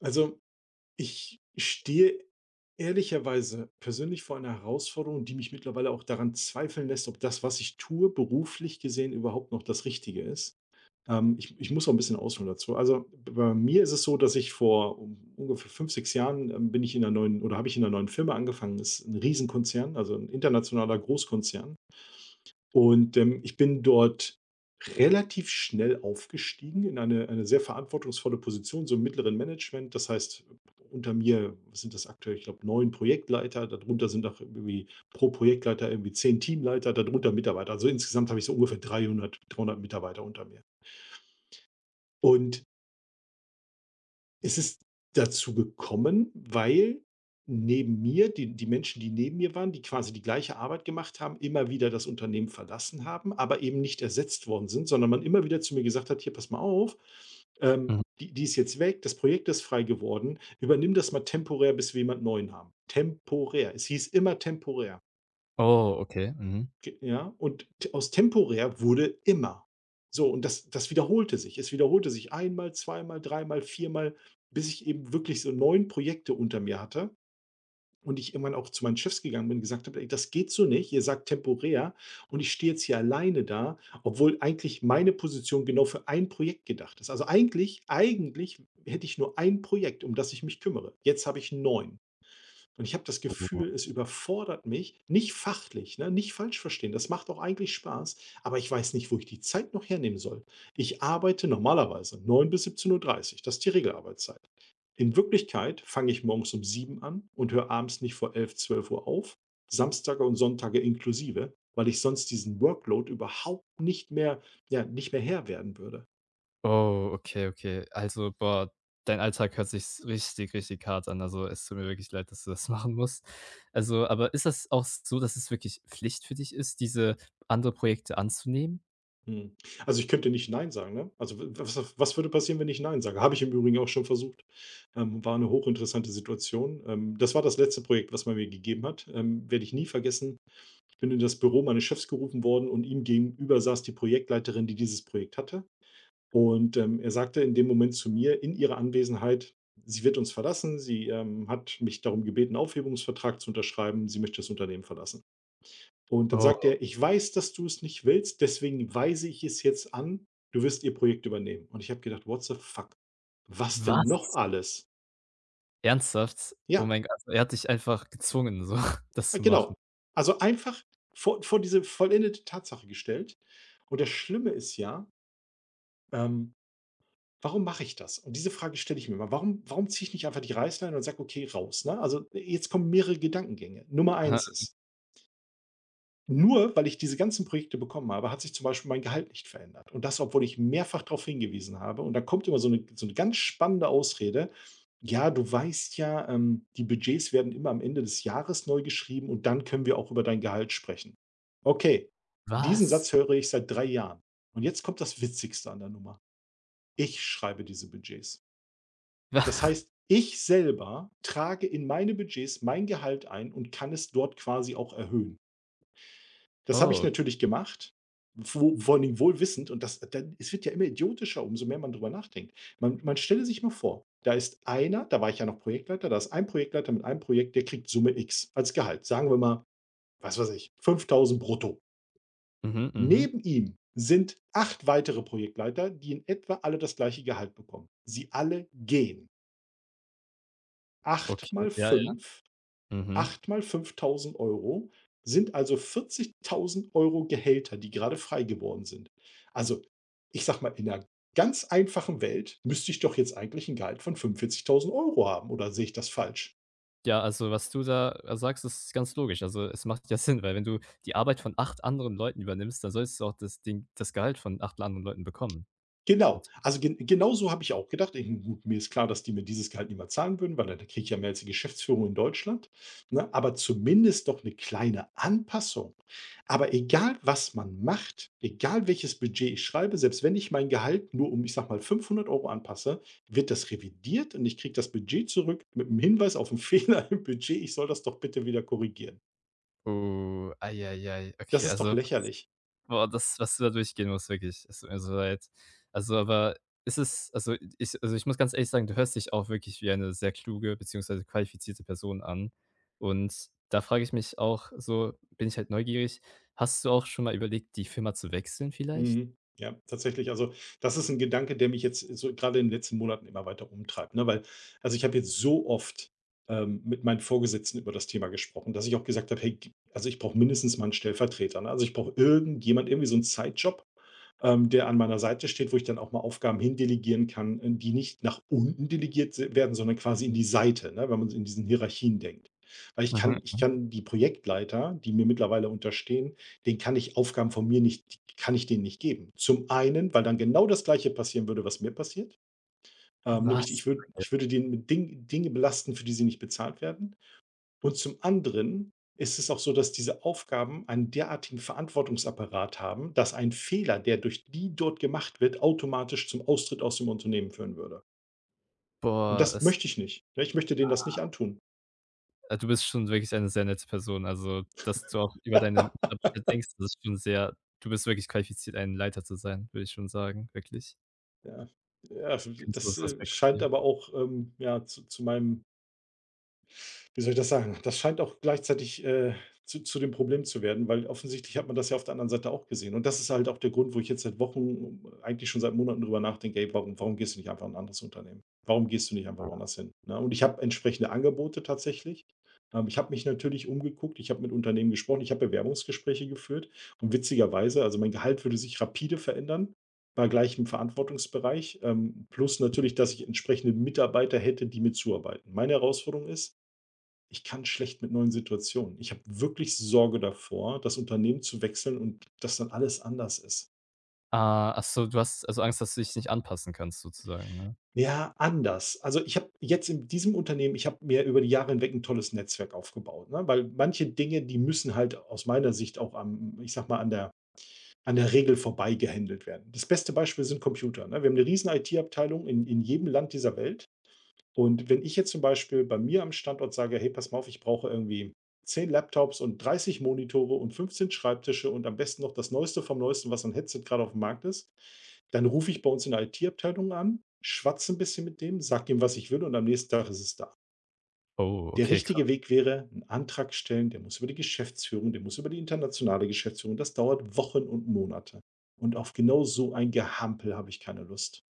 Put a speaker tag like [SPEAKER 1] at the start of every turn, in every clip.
[SPEAKER 1] Also, ich stehe ehrlicherweise persönlich vor einer Herausforderung, die mich mittlerweile auch daran zweifeln lässt, ob das, was ich tue, beruflich gesehen überhaupt noch das Richtige ist. Ich muss auch ein bisschen ausholen dazu. Also bei mir ist es so, dass ich vor ungefähr 5, 6 Jahren bin ich in einer neuen oder habe ich in einer neuen Firma angefangen. Das ist ein Riesenkonzern, also ein internationaler Großkonzern. Ich bin dort relativ schnell aufgestiegen in eine sehr verantwortungsvolle Position, so im mittleren Management. Das heißt, unter mir sind das aktuell, ich glaube, 9 Projektleiter, darunter sind noch irgendwie pro Projektleiter irgendwie 10 Teamleiter, darunter Mitarbeiter. Also, insgesamt habe ich so ungefähr dreihundert Mitarbeiter unter mir. Und es ist dazu gekommen, weil neben mir die Menschen, die neben mir waren, die quasi die gleiche Arbeit gemacht haben, immer wieder das Unternehmen verlassen haben, aber eben nicht ersetzt worden sind, sondern man immer wieder zu mir gesagt hat: „Hier, pass mal auf,
[SPEAKER 2] Mhm.
[SPEAKER 1] die die ist jetzt weg, das Projekt ist frei geworden, übernimm das mal temporär, bis wir jemand Neuen haben." Temporär. Es hieß immer temporär.
[SPEAKER 2] Oh, okay. Mhm.
[SPEAKER 1] Ge Ja, und t aus temporär wurde immer. So, und das wiederholte sich. Es wiederholte sich einmal, zweimal, dreimal, viermal, bis ich eben wirklich so 9 Projekte unter mir hatte und ich irgendwann auch zu meinen Chefs gegangen bin und gesagt habe: „Ey, das geht so nicht. Ihr sagt temporär und ich stehe jetzt hier alleine da, obwohl eigentlich meine Position genau für ein Projekt gedacht ist." Also, eigentlich hätte ich nur ein Projekt, um das ich mich kümmere. Jetzt habe ich neun, und ich habe das
[SPEAKER 2] Mhm.
[SPEAKER 1] Gefühl, es überfordert mich, nicht fachlich, ne, nicht falsch verstehen, das macht auch eigentlich Spaß, aber ich weiß nicht, wo ich die Zeit noch hernehmen soll. Ich arbeite normalerweise 9 bis 17:30 Uhr, das ist die Regelarbeitszeit. In Wirklichkeit fange ich morgens um 7 an und höre abends nicht vor 11, 12 Uhr auf, Samstage und Sonntage inklusive, weil ich sonst diesen Workload überhaupt nicht mehr, ja, nicht mehr Herr werden würde.
[SPEAKER 2] Oh, okay, okay. Also, boah, dein Alltag hört sich s richtig, richtig hart an. Also, es tut mir wirklich leid, dass du das machen musst. Also, aber ist das auch so, dass es wirklich Pflicht für dich ist, diese andere Projekte anzunehmen?
[SPEAKER 1] Mhm. Also, ich könnte nicht „nein" sagen, ne? Also, w was was würde passieren, wenn ich „nein" sage? Habe ich im Übrigen auch schon versucht. War eine hochinteressante Situation. Das war das letzte Projekt, was man mir gegeben hat. Werde ich nie vergessen. Ich bin in das Büro meines Chefs gerufen worden und ihm gegenüber saß die Projektleiterin, die dieses Projekt hatte. Er sagte in dem Moment zu mir in ihrer Anwesenheit: „Sie wird uns verlassen. Sie hat mich darum gebeten, 'n Aufhebungsvertrag zu unterschreiben. Sie möchte das Unternehmen verlassen." Und dann sagt
[SPEAKER 2] Oh,
[SPEAKER 1] er: „Ich weiß, dass du es nicht willst, deswegen weise ich es jetzt an, du wirst ihr Projekt übernehmen." Und ich habe gedacht: „What the fuck? Was denn noch
[SPEAKER 2] was?
[SPEAKER 1] alles?"
[SPEAKER 2] Ernsthaft? Oh
[SPEAKER 1] Ja,
[SPEAKER 2] mein Gott, also, er hat dich einfach gezwungen, so das zu machen.
[SPEAKER 1] genau. Also, einfach vor diese vollendete Tatsache gestellt. Und das Schlimme ist ja, ähm, warum mache ich das? Und diese Frage stelle ich mir immer. Warum ziehe ich nicht einfach die Reißleine und sage: „Okay, raus", ne? Also, jetzt kommen mehrere Gedankengänge. Nummer
[SPEAKER 2] Aha,
[SPEAKER 1] eins ist: Nur weil ich diese ganzen Projekte bekommen habe, hat sich zum Beispiel mein Gehalt nicht verändert. Und das, obwohl ich mehrfach darauf hingewiesen habe. Und da kommt immer so 'ne ganz spannende Ausrede: „Ja, du weißt ja, die Budgets werden immer am Ende des Jahres neu geschrieben und dann können wir auch über dein Gehalt sprechen." Okay, diesen Satz
[SPEAKER 2] was?
[SPEAKER 1] höre ich seit 3 Jahren. Und jetzt kommt das Witzigste an der Nummer: Ich schreibe diese Budgets. Das heißt, ich selber trage in meine Budgets mein Gehalt ein und kann es dort quasi auch erhöhen. Das habe ich
[SPEAKER 2] Oh,
[SPEAKER 1] natürlich gemacht, wo vor allen wohl wissend, und das dann, es wird ja immer idiotischer, umso mehr man drüber nachdenkt. Man stelle sich mal vor, da ist einer, da war ich ja noch Projektleiter, da ist ein Projektleiter mit einem Projekt, der kriegt Summe X als Gehalt. Sagen wir mal, was weiß ich, 5.000 brutto.
[SPEAKER 2] mhm, mhm.
[SPEAKER 1] Neben ihm sind 8 weitere Projektleiter, die in etwa alle das gleiche Gehalt bekommen. Sie alle gehen. 8
[SPEAKER 2] Okay,
[SPEAKER 1] mal
[SPEAKER 2] ja, ja.
[SPEAKER 1] 5.
[SPEAKER 2] Mhm.
[SPEAKER 1] 8 mal 5.000 € sind also 40.000 € Gehälter, die gerade frei geworden sind. Also, ich sage mal, in einer ganz einfachen Welt müsste ich doch jetzt eigentlich ein Gehalt von 45.000 € haben, oder sehe ich das falsch?
[SPEAKER 2] Ja, also, was du da sagst, ist ganz logisch. Also, es macht ja Sinn, weil wenn du die Arbeit von 8 anderen Leuten übernimmst, dann solltest du auch das Gehalt von 8 anderen Leuten bekommen.
[SPEAKER 1] Genau.
[SPEAKER 2] Nat
[SPEAKER 1] Also, genau so habe ich auch gedacht. Ich Gut, mir ist klar, dass die mir dieses Gehalt niemals zahlen würden, weil da kriege ich ja mehr als die Geschäftsführung in Deutschland, ne? Aber zumindest doch 'ne kleine Anpassung. Aber egal, was man macht, egal welches Budget ich schreibe, selbst wenn ich mein Gehalt nur um, ich sage mal, 500 € anpasse, wird das revidiert und ich kriege das Budget zurück mit 'm Hinweis auf 'n Fehler im Budget. Ich soll das doch bitte wieder korrigieren.
[SPEAKER 2] Oh, ei, ei, ei.
[SPEAKER 1] Das
[SPEAKER 2] Okay,
[SPEAKER 1] ist doch
[SPEAKER 2] also,
[SPEAKER 1] lächerlich.
[SPEAKER 2] boah, das, was du da durchgehen musst, wirklich, es tut mir so leid. Also, aber ist es also, ich muss ganz ehrlich sagen, du hörst dich auch wirklich wie eine sehr kluge beziehungsweise qualifizierte Person an. Und da frage ich mich auch so, bin ich halt neugierig, hast du auch schon mal überlegt, die Firma zu wechseln vielleicht?
[SPEAKER 1] Mhm. Ja, tatsächlich. Also, das ist ein Gedanke, der mich jetzt so gerade in den letzten Monaten immer weiter umtreibt, ne? Weil also, ich habe jetzt so oft, mit meinen Vorgesetzten über das Thema gesprochen, dass ich auch gesagt habe: „Hey, g also, ich brauche mindestens mal einen Stellvertreter, ne? Also, ich brauche irgendjemand, irgendwie so einen Zeitjob, der an meiner Seite steht, wo ich dann auch mal Aufgaben hindelegieren kann, die nicht nach unten delegiert se werden, sondern quasi in die Seite", ne, wenn man so in diesen Hierarchien denkt. Weil ich kann ich
[SPEAKER 2] Mhm.
[SPEAKER 1] kann die Projektleiter, die mir mittlerweile unterstehen, den kann ich Aufgaben von mir nicht, die kann ich denen nicht geben. Zum einen, weil dann genau das Gleiche passieren würde, was mir passiert. Nämlich
[SPEAKER 2] Was?
[SPEAKER 1] ich würde den mit Dinge belasten, für die sie nicht bezahlt werden. Und zum anderen ist es auch so, dass diese Aufgaben einen derartigen Verantwortungsapparat haben, dass ein Fehler, der durch die dort gemacht wird, automatisch zum Austritt aus dem Unternehmen führen würde. Und
[SPEAKER 2] Boah,
[SPEAKER 1] das
[SPEAKER 2] es
[SPEAKER 1] möchte ich nicht. Ne, ich möchte denen das nicht antun.
[SPEAKER 2] du bist schon wirklich eine sehr nette Person. Also, dass du auch über deine Mitarbeiter denkst, das ist schon sehr. Du bist wirklich qualifiziert, ein Leiter zu sein, würde ich schon sagen, wirklich.
[SPEAKER 1] Ja. Ja,
[SPEAKER 2] Ganz
[SPEAKER 1] das,
[SPEAKER 2] großen Respekt von
[SPEAKER 1] scheint
[SPEAKER 2] mir.
[SPEAKER 1] aber auch, ja, zu meinem, wie soll ich das sagen, das scheint auch gleichzeitig, zu dem Problem zu werden, weil offensichtlich hat man das ja auf der anderen Seite auch gesehen. Und das ist halt auch der Grund, wo ich jetzt seit Wochen, eigentlich schon seit Monaten, drüber nachdenke: „Ey, warum gehst du nicht einfach in 'n anderes Unternehmen? Warum gehst du nicht einfach woanders hin?" Ne? Und ich habe entsprechende Angebote tatsächlich. Ich habe mich natürlich umgeguckt, ich habe mit Unternehmen gesprochen, ich habe Bewerbungsgespräche geführt, und witzigerweise, also, mein Gehalt würde sich rapide verändern bei gleichem Verantwortungsbereich, plus natürlich, dass ich entsprechende Mitarbeiter hätte, die mir zuarbeiten. Meine Herausforderung ist: Ich kann schlecht mit neuen Situationen. Ich habe wirklich Sorge davor, das Unternehmen zu wechseln und dass dann alles anders ist.
[SPEAKER 2] Ah, ach so, du hast also Angst, dass du dich nicht anpassen kannst sozusagen, ne?
[SPEAKER 1] Ja, anders. Also ich habe jetzt in diesem Unternehmen, ich habe mir über die Jahre hinweg ein tolles Netzwerk aufgebaut, ne? Weil manche Dinge, die müssen halt aus meiner Sicht auch am, ich sag mal, an der Regel vorbei gehandelt werden. Das beste Beispiel sind Computer. Ne? Wir haben eine riesen IT-Abteilung in jedem Land dieser Welt. Und wenn ich jetzt zum Beispiel bei mir am Standort sage: „Hey, pass mal auf, ich brauche irgendwie 10 Laptops und 30 Monitore und 15 Schreibtische und am besten noch das Neueste vom Neuesten, was an Headset gerade auf dem Markt ist", dann rufe ich bei uns in der IT-Abteilung an, schwatze ein bisschen mit dem, sag ihm, was ich will, und am nächsten Tag ist es da.
[SPEAKER 2] Oh,
[SPEAKER 1] Der
[SPEAKER 2] okay, kra
[SPEAKER 1] richtige Weg wäre, einen Antrag stellen, der muss über die Geschäftsführung, der muss über die internationale Geschäftsführung. Das dauert Wochen und Monate. Und auf genau so ein Gehampel habe ich keine Lust.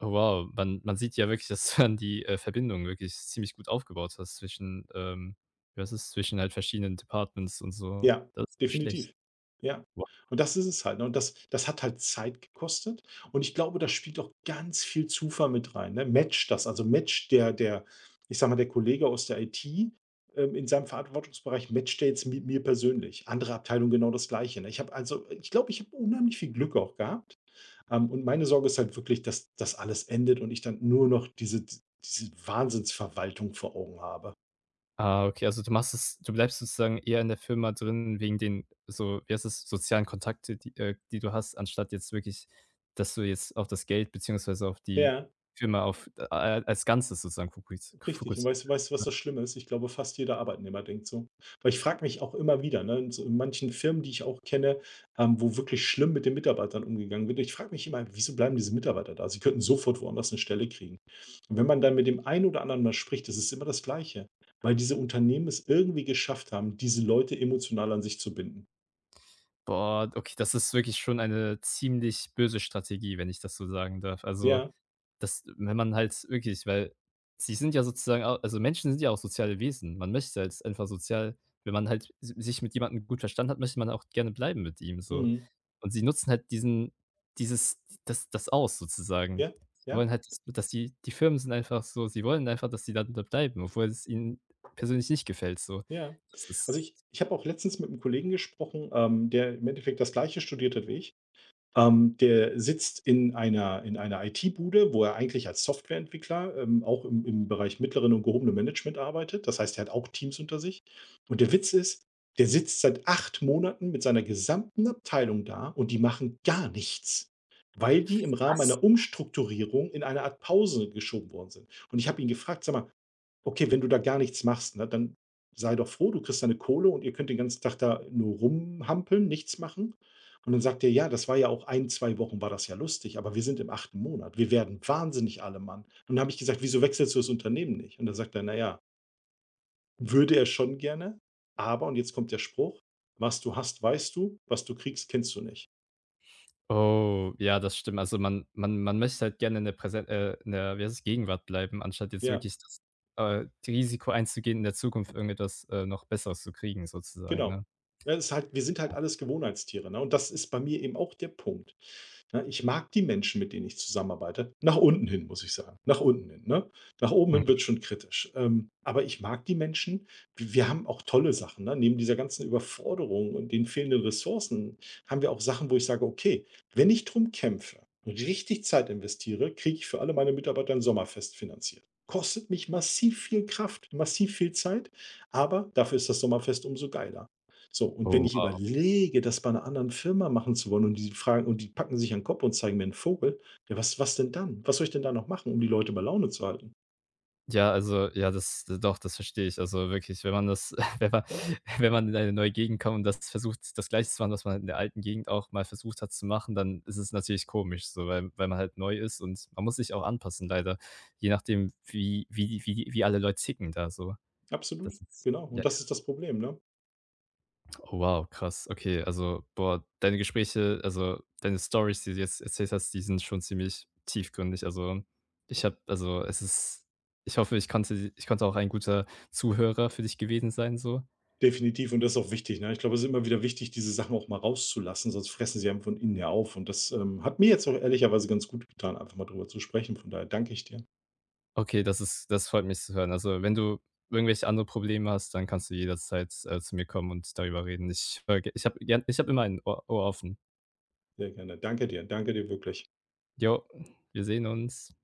[SPEAKER 2] oh wow. Man sieht ja wirklich, dass du dann die, Verbindung wirklich ziemlich gut aufgebaut hast zwischen, wie heißt es, zwischen halt verschiedenen Departments und so.
[SPEAKER 1] Ja,
[SPEAKER 2] Das ist nicht schlecht.
[SPEAKER 1] definitiv. Ja. Und das ist es halt, ne? Und das hat halt Zeit gekostet, und ich glaube, da spielt auch ganz viel Zufall mit rein, ne? Matcht das, also match der, ich sag mal, der Kollege aus der IT, in seinem Verantwortungsbereich matcht der jetzt mit mir persönlich. Andere Abteilung genau das Gleiche, ne? Ich habe Also ich glaube, ich habe unheimlich viel Glück auch gehabt, und meine Sorge ist halt wirklich, dass das alles endet und ich dann nur noch diese Wahnsinnsverwaltung vor Augen habe.
[SPEAKER 2] Ah, okay, also du machst es du bleibst sozusagen eher in der Firma drin wegen den so, wie heißt es sozialen Kontakte, die du hast, anstatt jetzt wirklich, dass du jetzt auf das Geld beziehungsweise auf die
[SPEAKER 1] Ja.
[SPEAKER 2] Firma auf als Ganzes sozusagen fokus
[SPEAKER 1] Richtig. Und
[SPEAKER 2] fokuss.
[SPEAKER 1] weißt du, was das Schlimme ist? Ich glaube, fast jeder Arbeitnehmer denkt so. Weil ich frage mich auch immer wieder, ne, in so in manchen Firmen, die ich auch kenne, wo wirklich schlimm mit den Mitarbeitern umgegangen wird. Ich frage mich immer, wieso bleiben diese Mitarbeiter da? Sie könnten sofort woanders eine Stelle kriegen. Und wenn man dann mit dem einen oder anderen mal spricht, das ist immer das Gleiche, weil diese Unternehmen es irgendwie geschafft haben, diese Leute emotional an sich zu binden.
[SPEAKER 2] Boah, okay, das ist wirklich schon eine ziemlich böse Strategie, wenn ich das so sagen darf. Also,
[SPEAKER 1] Ja,
[SPEAKER 2] das wenn man halt wirklich, weil sie sind ja sozusagen au also Menschen sind ja auch soziale Wesen. Man möchte halt einfach sozial. Wenn man halt si sich mit jemandem gut verstanden hat, möchte man auch gerne bleiben mit ihm so.
[SPEAKER 1] mhm,
[SPEAKER 2] Und sie nutzen halt diesen dieses das aus sozusagen.
[SPEAKER 1] ja,
[SPEAKER 2] Sie
[SPEAKER 1] ja,
[SPEAKER 2] wollen halt, dass die Firmen sind einfach so. Sie wollen einfach, dass die da bleiben, obwohl es ihnen persönlich nicht gefällt so.
[SPEAKER 1] ja.
[SPEAKER 2] Das
[SPEAKER 1] Also,
[SPEAKER 2] ist.
[SPEAKER 1] ich habe auch letztens mit einem Kollegen gesprochen, der im Endeffekt das Gleiche studiert hat wie ich. Der sitzt in einer IT-Bude, wo er eigentlich als Softwareentwickler, auch im Bereich mittleren und gehobenen Management arbeitet. Das heißt, er hat auch Teams unter sich. Und der Witz ist, der sitzt seit 8 Monaten mit seiner gesamten Abteilung da und die machen gar nichts, weil die im Rahmen einer Umstrukturierung in eine Art Pause geschoben worden sind. Und ich habe ihn gefragt: „Sag mal, okay, wenn du da gar nichts machst, ne, dann sei doch froh, du kriegst deine Kohle und ihr könnt den ganzen Tag da nur rumhampeln, nichts machen. Und dann sagt ihr: „Ja, das war ja auch 1, 2 Wochen war das ja lustig, aber wir sind im 8. Monat. Wir werden wahnsinnig alle Mann." Und dann habe ich gesagt: „Wieso wechselst du das Unternehmen nicht?" Und dann sagt er: „Na ja, würde er schon gerne, aber" und jetzt kommt der Spruch: „Was du hast, weißt du, was du kriegst, kennst du nicht."
[SPEAKER 2] Oh, ja, das stimmt. Also, man möchte halt gerne in der wie heißt es, Gegenwart bleiben, anstatt jetzt
[SPEAKER 1] Ja,
[SPEAKER 2] wirklich das, Risiko einzugehen, in der Zukunft irgendetwas, noch Besseres zu kriegen sozusagen,
[SPEAKER 1] genau.
[SPEAKER 2] ne?
[SPEAKER 1] Ja, das ist halt, wir sind halt alles Gewohnheitstiere, ne? Und das ist bei mir eben auch der Punkt. Ne, ich mag die Menschen, mit denen ich zusammenarbeite. Nach unten hin, muss ich sagen. Nach unten hin. Ne? Nach oben
[SPEAKER 2] Mhm.
[SPEAKER 1] hin wird schon kritisch. Aber ich mag die Menschen. Wir haben auch tolle Sachen. Ne? Neben dieser ganzen Überforderung und den fehlenden Ressourcen haben wir auch Sachen, wo ich sage, okay, wenn ich drum kämpfe und richtig Zeit investiere, kriege ich für alle meine Mitarbeiter ein Sommerfest finanziert. Kostet mich massiv viel Kraft, massiv viel Zeit, aber dafür ist das Sommerfest umso geiler. So, und wenn
[SPEAKER 2] Oh,
[SPEAKER 1] ich
[SPEAKER 2] wow.
[SPEAKER 1] überlege, das bei einer anderen Firma machen zu wollen und die fragen und die packen sich an den Kopf und zeigen mir 'n Vogel, ja, was denn dann? Was soll ich denn da noch machen, um die Leute bei Laune zu halten?
[SPEAKER 2] Ja, also ja, das doch, das verstehe ich. Also wirklich, wenn man das wenn man wenn man in eine neue Gegend kommt und das versucht, das Gleiche zu machen, was man halt in der alten Gegend auch mal versucht hat zu machen, dann ist es natürlich komisch so, weil man halt neu ist und man muss sich auch anpassen leider, je nachdem, wie alle Leute ticken da so.
[SPEAKER 1] Absolut,
[SPEAKER 2] Das ist.
[SPEAKER 1] genau. Und das ist das Problem, ne?
[SPEAKER 2] Oh, wow, krass. Okay, also, boah, deine Gespräche also, deine Stories, die du jetzt erzählt hast, die sind schon ziemlich tiefgründig. Also, ich habe. Also, es ist. Ich hoffe, ich konnte auch ein guter Zuhörer für dich gewesen sein so.
[SPEAKER 1] Definitiv, und das ist auch wichtig, ne? Ich glaube, es ist immer wieder wichtig, diese Sachen auch mal rauszulassen, sonst fressen sie einem von innen ja auf. Und das, hat mir jetzt auch ehrlicherweise ganz gut getan, einfach mal drüber zu sprechen. Von daher danke ich dir.
[SPEAKER 2] Okay, das ist, das freut mich zu hören. Also, wenn du irgendwelche andere Probleme hast, dann kannst du jederzeit, zu mir kommen und darüber reden. Ich höre. Ich habe immer ein Ohr offen.
[SPEAKER 1] Sehr gerne. Danke dir. Danke dir wirklich.
[SPEAKER 2] Jo, wir sehen uns.